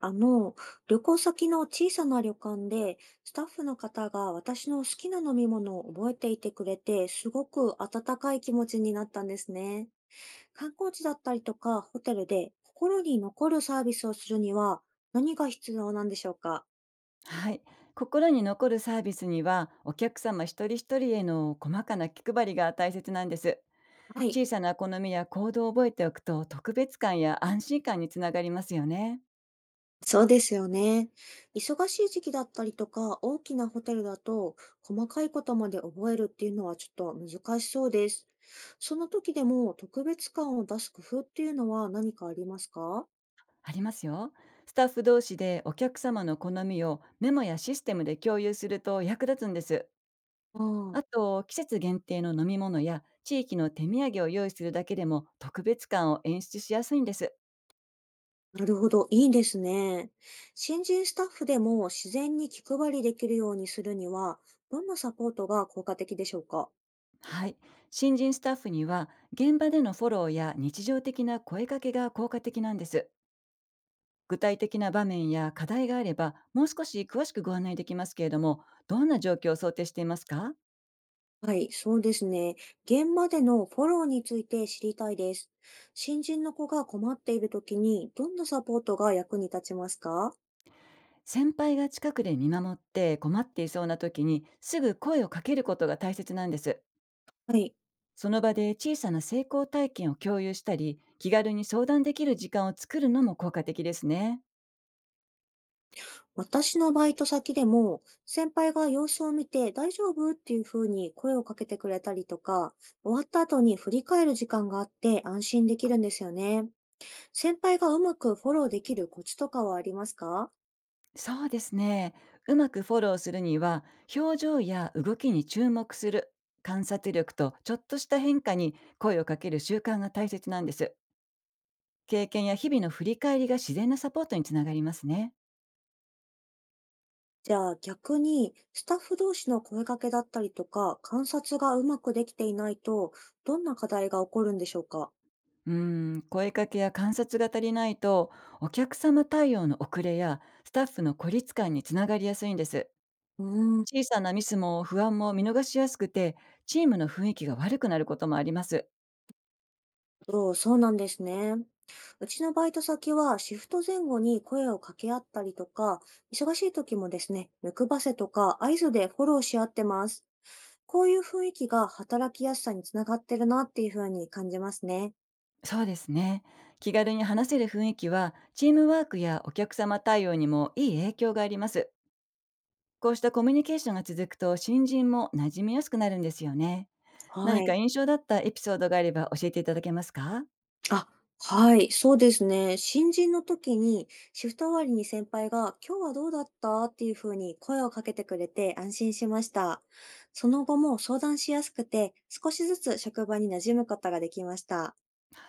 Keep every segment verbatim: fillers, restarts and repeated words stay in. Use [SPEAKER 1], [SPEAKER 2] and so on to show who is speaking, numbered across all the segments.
[SPEAKER 1] あの、旅行先の小さな旅館で、スタッフの方が私の好きな飲み物を覚えていてくれて、すごく温かい気持ちになったんですね。観光地だったりとか、ホテルで心に残るサービスをするには、何が必要なんでしょうか？
[SPEAKER 2] はい。心に残るサービスには、お客様一人一人への細かな気配りが大切なんです。
[SPEAKER 1] はい。
[SPEAKER 2] 小さな好みや行動を覚えておくと、特別感や安心感につながりますよね。
[SPEAKER 1] そうですよね。忙しい時期だったりとか、大きなホテルだと、細かいことまで覚えるっていうのはちょっと難しそうです。その時でも特別感を出す工夫っていうのは何かありますか？
[SPEAKER 2] ありますよ。スタッフ同士でお客様の好みをメモやシステムで共有すると役立つんです。
[SPEAKER 1] ああ、
[SPEAKER 2] あと、季節限定の飲み物や地域の手土産を用意するだけでも特別感を演出しやすいんです。
[SPEAKER 1] なるほど。いいですね。新人スタッフでも自然に気配りできるようにするには、どんなサポートが効果的でしょうか？
[SPEAKER 2] はい。新人スタッフには、現場でのフォローや日常的な声かけが効果的なんです。具体的な場面や課題があれば、もう少し詳しくご案内できますけれども、どんな状況を想定していますか？
[SPEAKER 1] はい、そうですね。現場でのフォローについて知りたいです。新人の子が困っている時に、どんなサポートが役に立ちますか？
[SPEAKER 2] 先輩が近くで見守って困っていそうな時に、すぐ声をかけることが大切なんです。
[SPEAKER 1] はい。
[SPEAKER 2] その場で小さな成功体験を共有したり、気軽に相談できる時間を作るのも効果的ですね。
[SPEAKER 1] 私のバイト先でも、先輩が様子を見て大丈夫っていうふうに声をかけてくれたりとか、終わった後に振り返る時間があって安心できるんですよね。先輩がうまくフォローできるコツとかはありますか？
[SPEAKER 2] そうですね。うまくフォローするには、表情や動きに注目する、観察力とちょっとした変化に声をかける習慣が大切なんです。経験や日々の振り返りが自然なサポートにつながりますね。
[SPEAKER 1] じゃあ逆に、スタッフ同士の声かけだったりとか、観察がうまくできていないと、どんな課題が起こるんでしょうか？
[SPEAKER 2] うーん、声かけや観察が足りないと、お客様対応の遅れやスタッフの孤立感につながりやすいんです。
[SPEAKER 1] うー、
[SPEAKER 2] 小さなミスも不安も見逃しやすくて、チームの雰囲気が悪くなることもあります。
[SPEAKER 1] そう、そうなんですね。うちのバイト先はシフト前後に声を掛け合ったりとか、忙しい時もですね、目配せとか合図でフォローし合ってます。こういう雰囲気が働きやすさにつながってるなっていうふうに感じますね。
[SPEAKER 2] そうですね。気軽に話せる雰囲気は、チームワークやお客様対応にもいい影響があります。こうしたコミュニケーションが続くと、新人も馴染みやすくなるんですよね。何
[SPEAKER 1] は
[SPEAKER 2] か
[SPEAKER 1] い。
[SPEAKER 2] 印象だったエピソードがあれば教えていただけますか？
[SPEAKER 1] あ、はい、そうですね。新人の時にシフト終わりに先輩が今日はどうだったっていうふうに声をかけてくれて安心しました。その後も相談しやすくて少しずつ職場に馴染むことができました。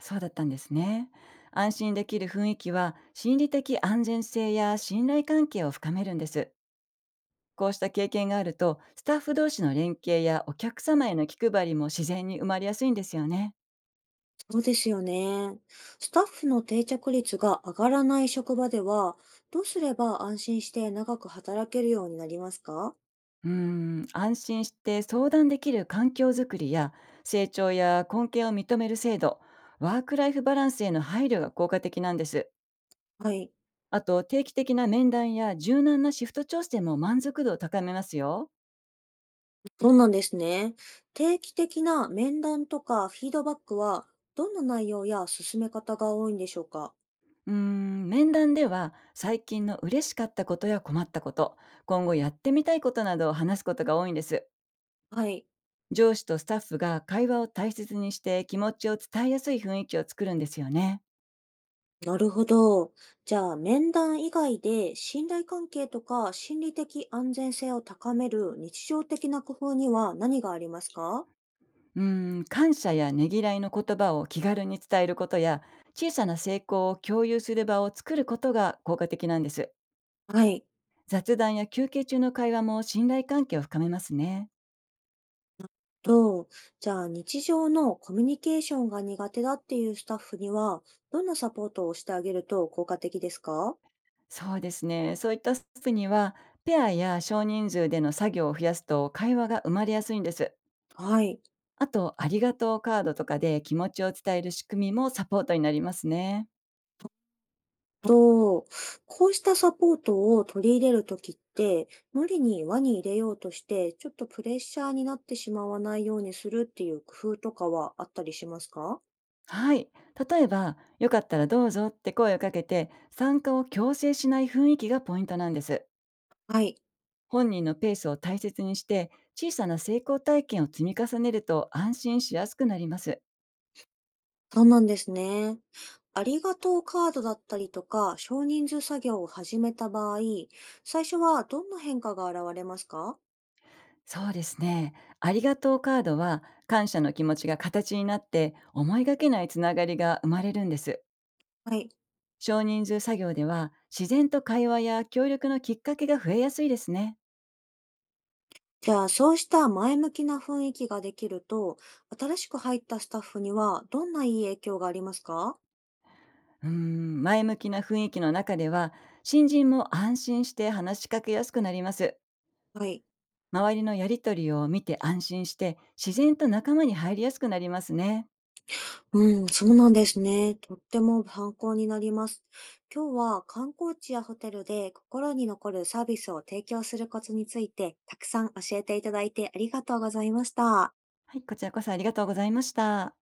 [SPEAKER 2] そうだったんですね。安心できる雰囲気は、心理的安全性や信頼関係を深めるんです。こうした経験があると、スタッフ同士の連携やお客様への気配りも自然に生まれやすいんですよね。
[SPEAKER 1] そうですよね。スタッフの定着率が上がらない職場では、どうすれば安心して長く働けるようになりますか？
[SPEAKER 2] うーん、安心して相談できる環境づくりや成長や根拠を認める制度、ワークライフバランスへの配慮が効果的なんです。
[SPEAKER 1] はい。
[SPEAKER 2] あと、定期的な面談や柔軟なシフト調整も満足度を高めますよ。
[SPEAKER 1] そうなんですね。定期的な面談とかフィードバックは、どんな内容や進め方が多いんでしょうか？
[SPEAKER 2] うーん、面談では最近の嬉しかったことや困ったこと、今後やってみたいことなどを話すことが多いんです。
[SPEAKER 1] はい。
[SPEAKER 2] 上司とスタッフが会話を大切にして、気持ちを伝えやすい雰囲気を作るんですよね。
[SPEAKER 1] なるほど。じゃあ、面談以外で信頼関係とか心理的安全性を高める日常的な工夫には何がありますか？
[SPEAKER 2] うーん、感謝やねぎらいの言葉を気軽に伝えることや、小さな成功を共有する場を作ることが効果的なんです。
[SPEAKER 1] はい。
[SPEAKER 2] 雑談や休憩中の会話も信頼関係を深めますね。
[SPEAKER 1] と、じゃあ日常のコミュニケーションが苦手だっていうスタッフには、どんなサポートをしてあげると効果的ですか？
[SPEAKER 2] そうですね。そういったスープには、ペアや少人数での作業を増やすと会話が生まれやすいんです。
[SPEAKER 1] はい。
[SPEAKER 2] あと、ありがとうカードとかで気持ちを伝える仕組みもサポートになりますね。
[SPEAKER 1] と、こうしたサポートを取り入れるときって、無理に輪に入れようとして、ちょっとプレッシャーになってしまわないようにするっていう工夫とかはあったりしますか？
[SPEAKER 2] はい。例えば、よかったらどうぞって声をかけて、参加を強制しない雰囲気がポイントなんです。
[SPEAKER 1] はい。
[SPEAKER 2] 本人のペースを大切にして、小さな成功体験を積み重ねると安心しやすくなります。
[SPEAKER 1] そうなんですね。ありがとうカードだったりとか、少人数作業を始めた場合、最初はどんな変化が現れますか？
[SPEAKER 2] そうですね。ありがとうカードは、感謝の気持ちが形になって、思いがけないつながりが生まれるんです。
[SPEAKER 1] はい。
[SPEAKER 2] 少人数作業では、自然と会話や協力のきっかけが増えやすいですね。
[SPEAKER 1] じゃあ、そうした前向きな雰囲気ができると、新しく入ったスタッフにはどんないい影響がありますか？
[SPEAKER 2] うーん、前向きな雰囲気の中では、新人も安心して話しかけやすくなります。
[SPEAKER 1] はい。
[SPEAKER 2] 周りのやりとりを見て安心して、自然と仲間に入りやすくなりますね。
[SPEAKER 1] うん、そうなんですね。とっても参考になります。今日は観光地やホテルで心に残るサービスを提供するコツについて、たくさん教えていただいてありがとうございました。
[SPEAKER 2] はい、こちらこそありがとうございました。